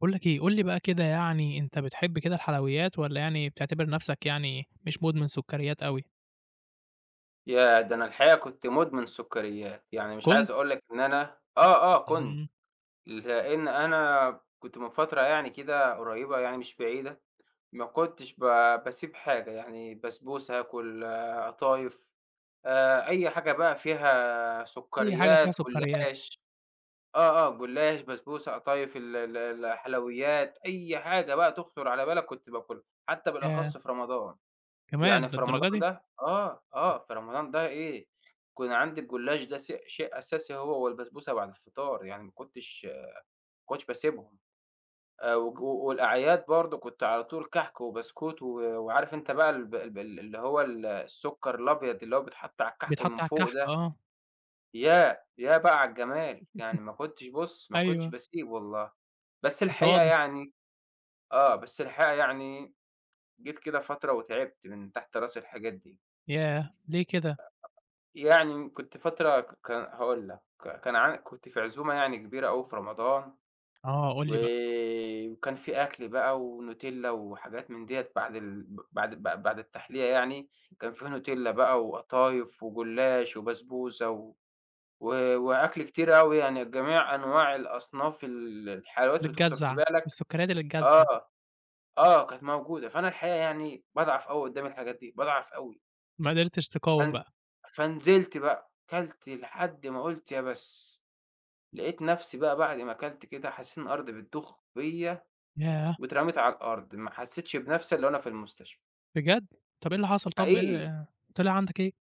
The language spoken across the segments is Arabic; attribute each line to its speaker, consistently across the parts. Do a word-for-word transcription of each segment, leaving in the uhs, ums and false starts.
Speaker 1: باقول لك إيه، قُل لي بقى كده يعني أنت بتحب كده الحلويات والّا يعني بتعتبر نَفْسك يعني مش مدمن سُكّريات أوي؟
Speaker 2: ياه! ده أنا الحقيقة كنت مدمن سكريات، يعني مش عايز
Speaker 1: كنت؟
Speaker 2: أقول لك إن أنا آه، آه كنت،
Speaker 1: إمم،
Speaker 2: لإن أنا كنت من فترة يعني كده قريبة يعني مش بعيدة، ما كنتش ب باسيب حاجة، يعني بسبوسة آكل، آه، قطايف، آآ أي حاجة بقى فيها
Speaker 1: أي حاجة فيها
Speaker 2: سكريات،
Speaker 1: سُكّريات،
Speaker 2: جلاش آه، آه جلاش، بسبوسة، قطايف، ال ال الحلويات، أي حاجة بقى تخطر على بالك كنت باكلها، حتى بالأخص
Speaker 1: ياه!
Speaker 2: في رمضان.
Speaker 1: كمان
Speaker 2: يعني في
Speaker 1: للدرجة
Speaker 2: رمضان
Speaker 1: دي!
Speaker 2: ده آه، آه، في رمضان ده إيه، كان عندي الجلاش ده س شيء أساسي هو والبسبوسة بعد الفطار، يعني ما كنتش ما كنتش باسيبهم، آآ وج و- والأعياد برضه كنت على طول كحك وبسكوت و وعارف أنت بقى الب الب اللي هو ال السكر الأبيض اللي هو بيتحط على الكحك من
Speaker 1: بيتحط على
Speaker 2: فوق
Speaker 1: الكحك
Speaker 2: ده،
Speaker 1: آه،
Speaker 2: ياه! ياه بقى على الجمال، يعني ما كنتش بُص، ما كنتش
Speaker 1: أيوه،
Speaker 2: باسيب والله، بس
Speaker 1: أنت
Speaker 2: الحقيقة
Speaker 1: واضح
Speaker 2: يعني آه، بس الحقيقة يعني جيت كده فترة وتعبت من تحت راس الحاجات دي.
Speaker 1: ياه! ليه كده؟
Speaker 2: يعني كنت فترة ك كان هاقول لك، ك كان عن كنت في عزومة يعني كبيرة أوي في رمضان،
Speaker 1: آه، قُل
Speaker 2: و
Speaker 1: لي بقى،
Speaker 2: وكان في أكل بقى ونوتيلا وحاجات من ديّة بعد ال ب بعد ب بعد التحلية يعني، كان في نوتيلا بقى وقطايف وجلاش وبسبوسة و و وأكل كتير أوي يعني جميع أنواع الأصناف ال الحلويات
Speaker 1: اللي
Speaker 2: اللي تخطر في
Speaker 1: تجزّع،
Speaker 2: بالك
Speaker 1: السُكّريات اللي تجزّع دي،
Speaker 2: آه، آه كانت موجودة، فأنا الحقيقة يعني باضعف أوي قدّام الحاجات دي، باضعف أوي،
Speaker 1: ما قدرتش تقاوم
Speaker 2: فن
Speaker 1: بقى،
Speaker 2: فنزلت بقى، كلت لحد ما قُلت يا بس. لقيت نفسي بقى بعد ما أكلت كده حسيت إن الأرض بتضُخ فيّا
Speaker 1: ياه!
Speaker 2: واترميت على الأرض، ما حسيتش بنفسي إلا وأنا في المستشفى،
Speaker 1: بجد! طَب إيه اللي حصل طَب إيه
Speaker 2: حقيقي.
Speaker 1: ال طلع عندك إيه؟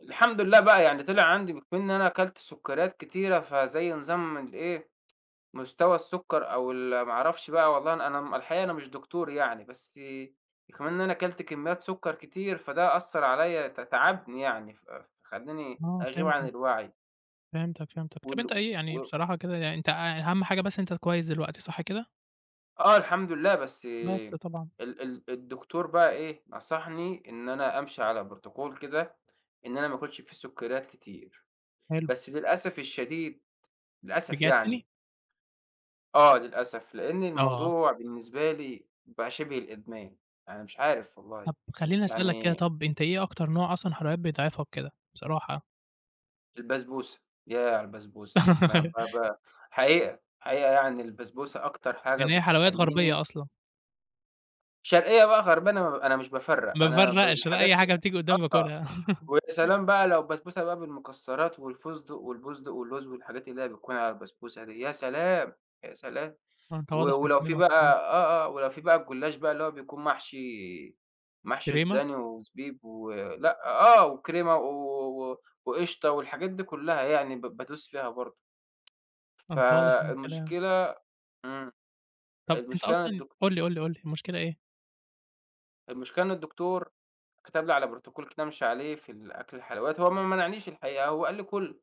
Speaker 2: الحمد لله بقى يعني طلع عندي بكون إن أنا أكلت سُكّريات كتيرة، فزي نظام الإيه، مستوى السُكّر أو ال ما أعرفش بقى والله أنا أنا م الحقيقة أنا مش دكتور يعني، بس كمان إن أنا أكلت كميات سُكّر كتير، فده أثّر عليّا ت تعبني يعني، ف فخلّاني
Speaker 1: آه،
Speaker 2: أغيب عن
Speaker 1: فهمتك،
Speaker 2: الوعي
Speaker 1: فهمتك، فهمتك، طَب
Speaker 2: وال
Speaker 1: أنت إيه
Speaker 2: و
Speaker 1: يعني بصراحة كده يعني أنت أهم حاجة بس أنت كويس دلوقتي صح كده؟
Speaker 2: آه الحمد لله، بس
Speaker 1: بس
Speaker 2: ال
Speaker 1: طبعًا،
Speaker 2: ال الدكتور بقى إيه، نصحني إن أنا أمشي على بروتوكول كده، إن أنا ما آكلش فيه سُكّريات كتير،
Speaker 1: حلو.
Speaker 2: بس للأسف الشديد، للأسف
Speaker 1: رجعت تاني؟
Speaker 2: يعني آه للأسف، لإن
Speaker 1: آه،
Speaker 2: الموضوع بالنسبة لي بقى شِبه الإدمان، أنا مش عارف والله،
Speaker 1: طب خلّيني أسألك كده
Speaker 2: يعني
Speaker 1: طب أنت إيه أكتر نوع أصلًا حلويات بيضعفك كده بصراحة؟
Speaker 2: البسبوسة، ياه على البسبوسة، ما ب ب حقيقة، حقيقة يعني البسبوسة أكتر حاجة
Speaker 1: يعني هي حلويات
Speaker 2: بتخلّيني
Speaker 1: غربية أصلًا،
Speaker 2: شرقية بقى غربية أنا أنا مش بافرّق،
Speaker 1: ما
Speaker 2: أنا ب
Speaker 1: بافرّقش بقى أي
Speaker 2: الحاجات
Speaker 1: حاجة بتيجي قدّامي
Speaker 2: آه.
Speaker 1: باكلها.
Speaker 2: ويا سلام بقى لو بسبوسة بقى بالمكسرات والفستق والبُزدق واللوز والحاجات اللي هي بتكون على البسبوسة دي، يا سلام، يا سلام!
Speaker 1: آه، أنت
Speaker 2: و
Speaker 1: واضح من
Speaker 2: ولو في
Speaker 1: كلامك
Speaker 2: بقى
Speaker 1: بصراحة.
Speaker 2: آه، آه، ولو في بقى الجلاش بقى اللي هو بيكون محشي محشي
Speaker 1: كريمة؟
Speaker 2: سوداني وزبيب و لأ آه، وكريمة و و وقشطة والحاجات دي كلّها يعني ب بادوس فيها برضه.
Speaker 1: أنت واضح من كلامك.
Speaker 2: فالمشكلة إمم،
Speaker 1: طب أنت
Speaker 2: المشكلة إن
Speaker 1: أصلًا
Speaker 2: الدك
Speaker 1: قُل لي، قُل لي، قُل لي المشكلة إيه؟
Speaker 2: المشكلة إن الدكتور كتب لي على بروتوكول كده أمشي عليه في الأكل الحلويات، هو ما منعنيش الحقيقة، هو قال لي كُل.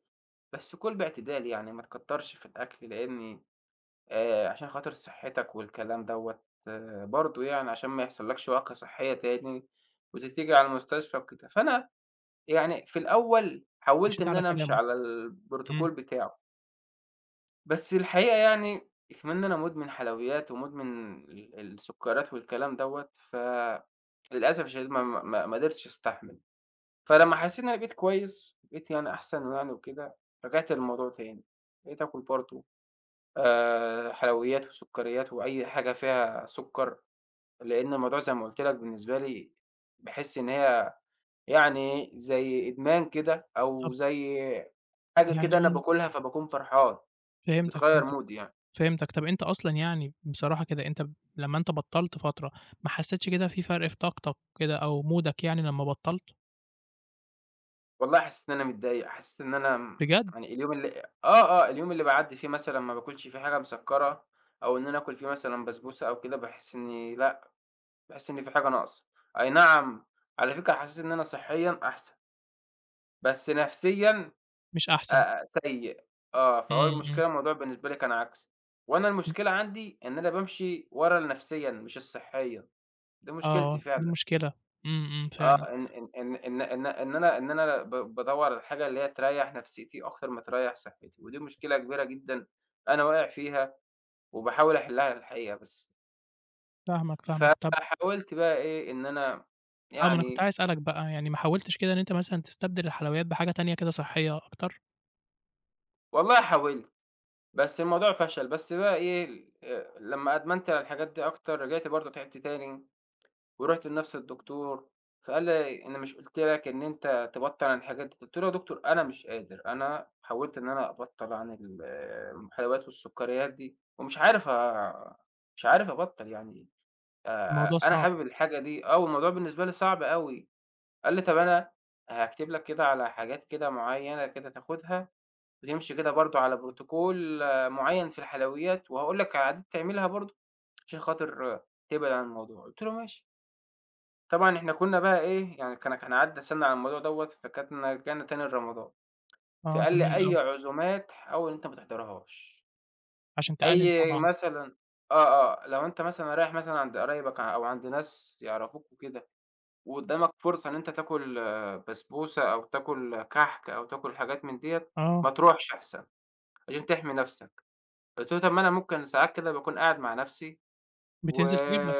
Speaker 2: بس كُل باعتدال يعني، ما تكتّرش في الأكل لإن آآ عشان خاطر صحّتك والكلام دوّة برضه يعني عشان ما يحصلكش وَعْكة صحّية تاني وتتيجي على المستشفى وكده. فأنا يعني في الأول حاولت
Speaker 1: مشيت
Speaker 2: إن
Speaker 1: على
Speaker 2: أنا أمشي
Speaker 1: كلامه.
Speaker 2: على الprotocol
Speaker 1: إمم،
Speaker 2: بتاعه، بس الحقيقة يعني كمان إن أنا مُدمن حلويات ومُدمن ال السُكّريات والكلام دوّة، فللأسف الشديد ما ما ما ما قدرتش أستحمل. فلمّا حسّيت إن أنا بقيت كويس، بقيت يعني أحسن يعني وكده، رجعت للموضوع تاني، بقيت آكل برضه. آآ حلويات وسُكّريات وأي حاجة فيها سُكّر، لإن الموضوع زي ما قُلت لك بالنسبة لي باحس إن هي يعني زي إدمان كده أو
Speaker 1: طب
Speaker 2: زي حاجة
Speaker 1: يعني
Speaker 2: كده أنا
Speaker 1: أنا
Speaker 2: باكلها فباكون فرحان،
Speaker 1: فهمتك،
Speaker 2: بتغيّر
Speaker 1: فهمتك،
Speaker 2: مودي يعني.
Speaker 1: فهمتك. طب أنت أصلًا يعني بصراحة كده أنت ب لمّا أنت بطّلت فترة، ما حسّيتش كده في فرق في طاقتك كده أو مودك يعني لمّا بطّلت؟
Speaker 2: والله حسّيت إن أنا متضايق، حسّيت إن أنا م
Speaker 1: بجد؟
Speaker 2: يعني اليوم اللي آه، آه، اليوم اللي باعدّي فيه مثلًا ما باكلش فيه حاجة مسكّرة أو إن أنا آكل فيه مثلًا بسبوسة أو كده، باحس إني لأ، باحس إن في حاجة ناقصة. أي نعم، على فكرة حسّيت إن أنا صحيًا أحسن، بس نفسيًا
Speaker 1: مش أحسن.
Speaker 2: آآ سيء، آه،
Speaker 1: إمم،
Speaker 2: فهو
Speaker 1: إمم.
Speaker 2: المشكلة الموضوع بالنسبة لي كان عكسي، وأنا المشكلة عندي إن أنا بامشي ورا ال نفسيًا مش الصحيًا، دي مشكلتي
Speaker 1: آه، دي
Speaker 2: فعلًا،
Speaker 1: مشكلة. إمم، إمم، فعلًا.
Speaker 2: آه، إن إن إن إن إن إن أنا إن أنا ب بادوّر على الحاجة اللي هي تريّح نفسيتي أكتر ما تريّح صحتي، ودي مشكلة كبيرة جدًا أنا واقع فيها وباحاول أحلها الحقيقة بس،
Speaker 1: فاهمك، فاهمك. طب
Speaker 2: فحاولت بقى إيه إن أنا
Speaker 1: آه، ما أنا كنت
Speaker 2: يعني
Speaker 1: عايز أسألك بقى، يعني ما حاولتش كده إن أنت مثلًا تستبدل الحلويات بحاجة تانية كده صحّية أكتر؟
Speaker 2: والله حاولت، بس الموضوع فشل، بس بقى إيه آآ لمّا أدمنت على الحاجات دي أكتر رجعت برضه تعبت تاني. ورُحت لنفس الدكتور، فقال لي: "أنا مش قُلت لك إن أنت تبطّل عن الحاجات دي؟" قُلت له: "يا دكتور أنا مش قادر، أنا حاولت إن أنا أبطّل عن ال الحلويات والسُكّريات دي ومش عارف أ مش عارف أبطّل يعني آآ
Speaker 1: الموضوع
Speaker 2: أنا
Speaker 1: صعب.
Speaker 2: حابب الحاجة دي." آه، والموضوع بالنسبة لي صعب أوي. قال لي: "طَب أنا هاكتب لك كده على حاجات كده معيّنة كده تاخُدها وتمشي كده برضه على protocol معيّن في الحلويات وهاقول لك على عادات تعملها برضه عشان خاطر آه، تبعد عن الموضوع." قُلت له: "ماشي." طبعًا إحنا كُنّا بقى إيه، يعني كان كان عدّى سَنة على الموضوع دوّة، فكان رجعنا تاني لرمضان،
Speaker 1: آه،
Speaker 2: فقال لي:
Speaker 1: جميل
Speaker 2: "أي
Speaker 1: أوي.
Speaker 2: عزومات حاول إن أنت ما تحضرهاش،
Speaker 1: عشان تقلل
Speaker 2: أي
Speaker 1: طبعًا.
Speaker 2: مثلًا" آه، آه، "لو أنت مثلًا رايح مثلًا عند قرايبك أو عند ناس يعرفوك وكده وقدّامك فرصة إن أنت تاكل بسبوسة أو تاكل كحك أو تاكل حاجات من ديّة، ما
Speaker 1: آه،
Speaker 2: تروحش أحسن عشان تحمي نَفْسك." قُلت له: "طَب ما أنا ممكن ساعات كده باكون قاعد مع نَفْسي." و
Speaker 1: بتنزل تجيب لك.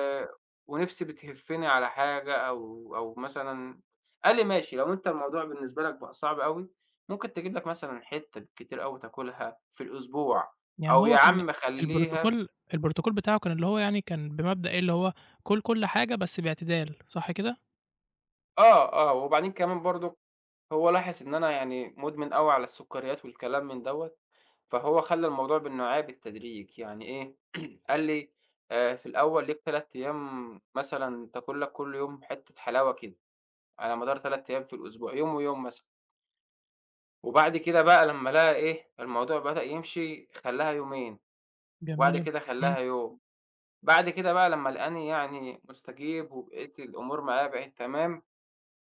Speaker 2: ونِفْسي بتهفِّني على حاجة أو أو مثلًا قال لي: "ماشي، لو أنت الموضوع بالنسبة لك بقى صعب أوي، ممكن تجيب لك مثلًا حتّة بالكتير أوي تاكلها في الأسبوع
Speaker 1: يعني
Speaker 2: أو
Speaker 1: هو
Speaker 2: يا
Speaker 1: كان
Speaker 2: عم خلّيها"
Speaker 1: البروتوكول البروتوكول بتاعه كان اللي هو يعني كان بمبدأ إيه، اللي هو كُل كل حاجة بس باعتدال، صح كده؟
Speaker 2: آه، آه. وبعدين كمان برضه هو لاحظ إن أنا يعني مُدمن أوي على السُكّريات والكلام من دوّة، فهو خلّى الموضوع بالنوعية بالتدريج. يعني إيه، قال لي: "آآ في الأول ليك تلات أيام مثلًا تاكل لك كل يوم حتّة حلاوة كده." على مدار تلات أيام في الأسبوع، يوم ويوم مثلًا، وبعد كده بقى لمّا لقى إيه، الموضوع بدأ يمشي خلّاها يومين، وبعد
Speaker 1: جميل.
Speaker 2: كده خلّاها
Speaker 1: إمم،
Speaker 2: يوم، بعد كده بقى لمّا لقاني يعني مُستجيب وبقيت الأمور معايا بقت تمام،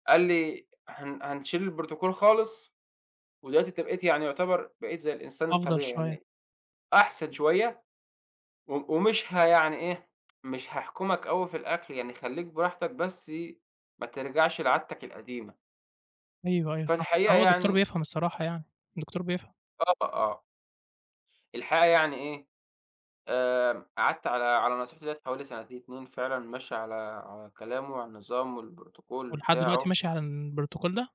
Speaker 2: قال لي: "هن هنشيل البروتوكول خالص، ودلوقتي أنت بقيت يعني يُعتبر بقيت زي الإنسان
Speaker 1: أفضل
Speaker 2: الطبيعي
Speaker 1: شوية.
Speaker 2: يعني أحسن شوية، و ومش ه يعني إيه، مش هاحكمك أوي في الأكل، يعني خلّيك براحتك بس ما ترجعش لعادتك القديمة."
Speaker 1: أيوه، أيوه، صح.
Speaker 2: فالحقيقة
Speaker 1: هو الدكتور
Speaker 2: يعني
Speaker 1: بيفهم الصراحة يعني، الدكتور بيفهم.
Speaker 2: آه، آه. الحقيقة يعني إيه، آمم قعدت على على نصيحته ديّة حوالي سنتين اتنين فعلًا ماشي على على كلامه وعلى النظام والبروتوكول
Speaker 1: ولحد دلوقتي
Speaker 2: بتاعه،
Speaker 1: ماشي على البروتوكول ده؟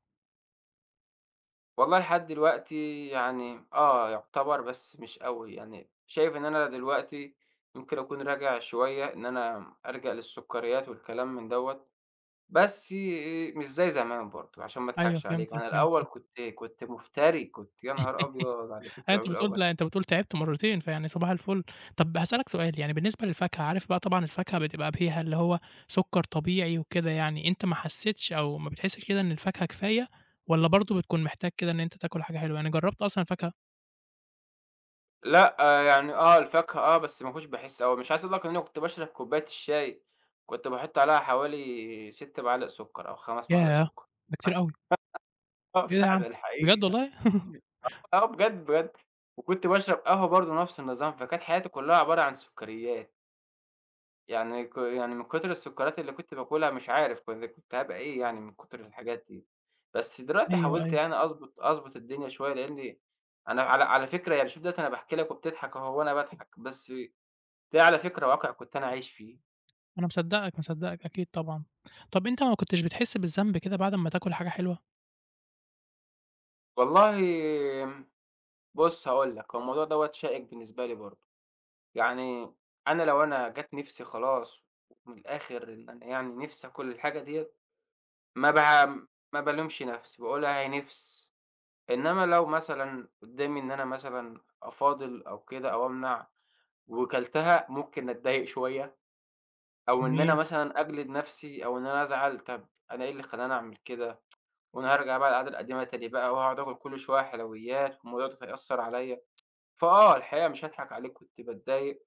Speaker 2: والله لحد دلوقتي يعني آه يعتبر بس مش أوي، يعني شايف إن أنا دلوقتي ممكن أكون راجع شوية إن أنا ألجأ للسكريات والكلام من دوّة، بس مش زي زمان برضه عشان ما
Speaker 1: أيوه،
Speaker 2: أضحكش عليك،
Speaker 1: فهمتك،
Speaker 2: أنا الأول
Speaker 1: فهمتك.
Speaker 2: كنت كنت مفتري، كنت يا نهار أبيض على اللي كنت
Speaker 1: أيوه أنت
Speaker 2: باعمله الأول.
Speaker 1: بتقول أنت بتقول تعبت مرّتين، فيعني صباح الفل. طب هاسألك سؤال، يعني بالنسبة للفاكهة، عارف بقى طبعًا الفاكهة بتبقى فيها اللي هو سُكّر طبيعي وكده يعني، أنت ما حسّيتش أو ما بتحسّش كده إن الفاكهة كفاية والّا برضه بتكون محتاج كده إن أنت تاكل حاجة حلوة؟ يعني جرّبت أصلًا الفاكهة؟
Speaker 2: لأ، يعني آه، الفاكهة آه، بس ما كنتش باحس أوي، مش عايز أقول لك إن أنا كنت باشرب كوباية الشاي، كنت باحط عليها حوالي ست معالق سكر أو خمس معالق
Speaker 1: ياه!
Speaker 2: سكر،
Speaker 1: ده كتير أوي.
Speaker 2: آه
Speaker 1: إيه ده يا عم؟
Speaker 2: فعلًا
Speaker 1: بجد
Speaker 2: حقيقي
Speaker 1: والله!
Speaker 2: آه بجد، بجد، وكنت باشرب قهوة برضه نفس النظام، فكانت حياتي كلها عبارة عن سكريات، يعني ك يعني من كتر السكريات اللي كنت باكلها مش عارف كنت كنت هابقى إيه يعني من كتر الحاجات دي، بس دلوقتي
Speaker 1: أيوه،
Speaker 2: حاولت
Speaker 1: أيوه.
Speaker 2: يعني أضبط أضبط الدنيا شوية لإني أنا على على فكرة يعني شوف دلوقتي أنا باحكي لك وبتضحك أهو وأنا باضحك، بس ده على فكرة واقع كنت أنا عايش فيه.
Speaker 1: أنا مصدّقك، مصدّقك أكيد طبعًا. طب أنت ما كنتش بتحس بالذنب كده بعد أمّا تاكل حاجة حلوة؟
Speaker 2: والله آمم، بُص هاقول لك، هو الموضوع دوّة شائك بالنسبة لي برضه. يعني أنا لو أنا جات نِفْسي خلاص من الآخر إن أنا يعني نِفْسي آكل الحاجة ديّة، ما باع ما بالومش نَفْسي، باقول أهي نِفْس. إنّما لو مثلًا قُدّامي إن أنا مثلًا أفاضل أو كده أو أمنع وكلتها، ممكن أتضايق شوية أو إن أنا
Speaker 1: جميل.
Speaker 2: مثلًا أجلد نَفْسي أو إن أنا أزعل، طَب أنا إيه اللي خلّاني أعمل كده؟ وأنا هارجع بقى العادة القديمة تاني بقى وهاقعد آكل كل شوية حلويات والموضوع ده هيأثّر عليّا، فآه الحقيقة مش هاضحك عليك كنت باتضايق،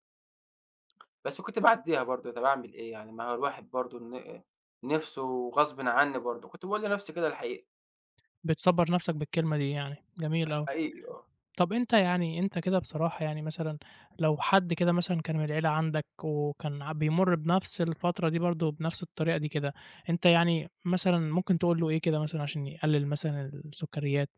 Speaker 2: بس كنت باعدّيها برضه طَب أعمل إيه يعني ما هو الواحد برضه ن نِفْسه غصبٍ عنّي برضه، كنت باقول لنَفْسي كده الحقيقة،
Speaker 1: بتصبّر نَفْسك بالكلمة دي يعني، جميل أوي.
Speaker 2: حقيقي آه.
Speaker 1: طب أنت يعني أنت كده بصراحة يعني مثلًا لو حد كده مثلًا كان من العيلة عندك وكان ع بيمُر بنفس الفترة دي برضه بنفس الطريقة دي كده، أنت يعني مثلًا ممكن تقول له إيه كده مثلًا عشان يقلل مثلًا السكريات؟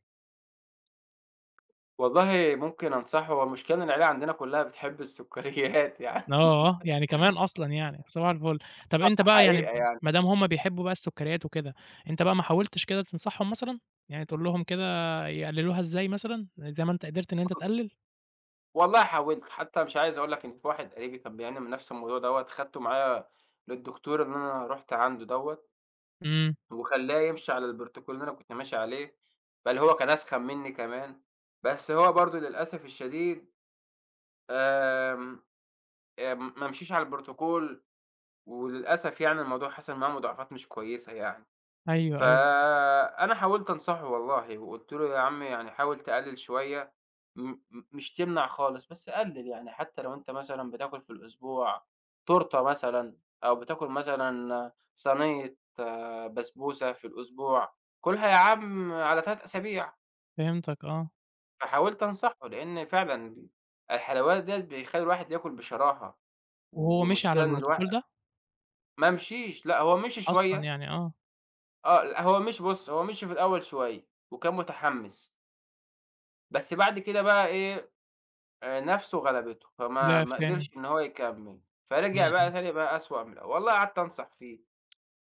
Speaker 2: والله ممكن أنصحه هو المشكلة إن العيلة عندنا كُلّها بتحب السُكّريات يعني
Speaker 1: آه، اه يعني كمان أصلًا يعني، صباح الفل. طب أنت بقى يعني
Speaker 2: حقيقة يعني
Speaker 1: ما دام هُم بيحبوا بقى السكريات وكده، أنت بقى ما حاولتش كده تنصحهم مثلًا؟ يعني تقول لهم كده يقللوها إزاي مثلًا، زي ما أنت قدرت إن أنت
Speaker 2: وال
Speaker 1: تقلل؟
Speaker 2: والله حاولت، حتّى مش عايز أقول لك إن في واحد قريبي كان بيعاني من نَفْس الموضوع دوّة خدته معايا للدكتور إن أنا رُحت عنده دوّة
Speaker 1: إمم،
Speaker 2: وخلّاه يمشي على الprotocol اللي أنا كنت ماشي عليه، بل هو كان أسخن منّي كمان، بس هو برضه للأسف الشديد آمم، آآ ما مشيش على الprotocol وللأسف يعني الموضوع حصل معاه مضاعفات مش كويسة يعني.
Speaker 1: أيوه، أيوه،
Speaker 2: فأنا حاولت أنصحه والله، وقُلت له: "يا عم يعني حاول تقلِّل شوية، م م مش تمنع خالص بس قلِّل، يعني حتى لو أنت مثلًا بتاكل في الأسبوع تورتة مثلًا، أو بتاكل مثلًا صينية آه، بسبوسة في الأسبوع، كُلها يا عم على تلات أسابيع."
Speaker 1: فهمتك آه.
Speaker 2: فحاولت أنصحه، لإن فعلًا الحلويات ديّة بيخلّي الواحد ياكل بشراهة،
Speaker 1: وهو مشي على
Speaker 2: والمشكلة إن الوا
Speaker 1: ال بروتوكول ده
Speaker 2: ما مشيش، لأ هو مشي
Speaker 1: أصلًا
Speaker 2: شوية،
Speaker 1: يعني، آه.
Speaker 2: آه، لأ هو مشي بُص، هو مشي في الأول شوية وكان متحمِّس. بس بعد كده بقى إيه، آآ نَفْسه غلبته، فما
Speaker 1: ده في
Speaker 2: ما
Speaker 1: تاني.
Speaker 2: قدرش إن هو يكمّل،
Speaker 1: إمم،
Speaker 2: فرجع بقى
Speaker 1: إمم.
Speaker 2: تاني بقى أسوأ من الأول، والله قعدت أنصح فيه،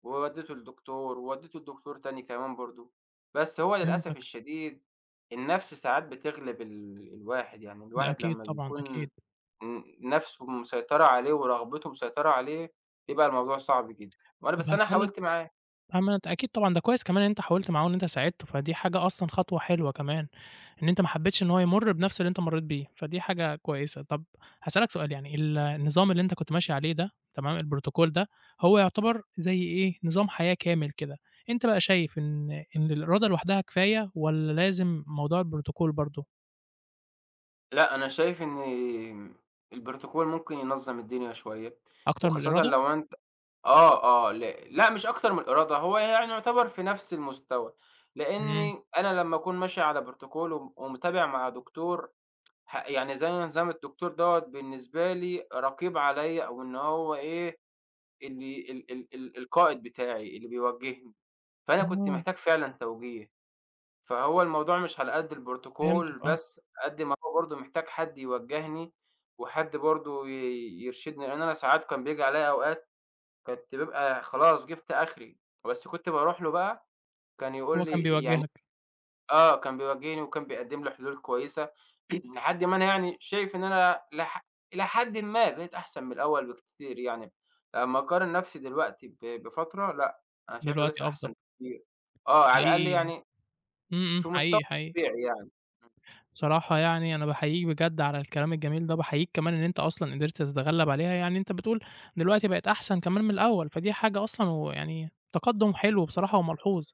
Speaker 2: وودّيته لدكتور، وودّيته لدكتور تاني كمان برضه، بس هو للأسف
Speaker 1: فهمتك،
Speaker 2: الشديد النَفْس ساعات بتغلب ال الواحد، يعني
Speaker 1: ده
Speaker 2: الواحد
Speaker 1: أكيد
Speaker 2: لمّا
Speaker 1: طبعًا، أكيد.
Speaker 2: بيكون ن نَفْسه مسيطرة عليه ورغبته مسيطرة عليه، بيبقى الموضوع صعب جدًا، وأنا
Speaker 1: طب
Speaker 2: بس أنا
Speaker 1: هاسألك
Speaker 2: حاولت معاه،
Speaker 1: أما أنت أكيد طبعًا ده كويس كمان إن أنت حاولت معاه وإن أنت ساعدته، فدي حاجة أصلًا خطوة حلوة كمان، إن أنت ما حبيتش إن هو يمُر بنفس اللي أنت مرّيت بيه، فدي حاجة كويسة. طب هاسألك سؤال يعني ال النظام اللي أنت كنت ماشي عليه ده تمام، البروتوكول ده، هو يعتبر زي إيه، نظام حياة كامل كده، أنت بقى شايف إن إن الإرادة لوحدها كفاية والّا لازم موضوع البروتوكول برضه
Speaker 2: لأ أنا شايف إن الprotocol ممكن ينظّم الدنيا شوية،
Speaker 1: أكتر من
Speaker 2: وخاصةً
Speaker 1: الإرادة؟
Speaker 2: لو أنت آه، آه، ل لأ مش أكتر من الإرادة، هو يعني يعتبر في نفس المستوى،
Speaker 1: إمم.
Speaker 2: لإني أنا لمّا أكون ماشي على protocol وم ومتابع مع دكتور ه يعني زي نظام الدكتور دوّة بالنسبة لي رقيب عليَّ أو إن هو إيه، اللي ال ال ال القائد بتاعي اللي بيوجّهني، فأنا كنت
Speaker 1: آه،
Speaker 2: محتاج فعلًا توجيه، فهو الموضوع مش على قد
Speaker 1: فهمتك
Speaker 2: الprotocol
Speaker 1: آه،
Speaker 2: بس، قد ما هو برضه محتاج حد يوجّهني وحد برضه ي يرشدني، لإن أنا ساعات كان بييجي عليَّ أوقات كنت بابقى خلاص جِبت آخري، بس كنت باروح له بقى كان يقول
Speaker 1: هو كان
Speaker 2: لي يعني
Speaker 1: بيوجّهك،
Speaker 2: آه، كان بيواجهني وكان بيقدّم لي حلول كويسة لحد ما أنا يعني شايف إن أنا لح إلى حدٍ ما بقيت أحسن من الأول بكتير يعني، لمّا أقارن نَفْسي دلوقتي ب بفترة لأ، أنا شايف إن دلوقتي
Speaker 1: دلوقتي أفضل.
Speaker 2: أحسن بكتير. آه، على الأقل
Speaker 1: حقيقي،
Speaker 2: يعني
Speaker 1: إمم، إمم،
Speaker 2: في مستوى
Speaker 1: حقيقي، حقيقي.
Speaker 2: طبيعي يعني. إمم،
Speaker 1: بصراحة يعني أنا باحييك بجد على الكلام الجميل ده، وباحييك كمان إن أنت أصلًا قدرت تتغلب عليها، يعني أنت بتقول دلوقتي بقت أحسن كمان من الأول، فدي حاجة أصلًا ويعني تقدُّم حلو بصراحة وملحوظ،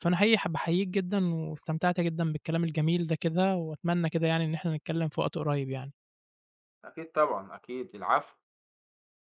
Speaker 1: فأنا حقيقي ح باحييك جدًا واستمتعت جدًا بالكلام الجميل ده كده، وأتمنى كده يعني إن إحنا نتكلّم في وقت قريب يعني.
Speaker 2: أكيد طبعًا، أكيد. العفو.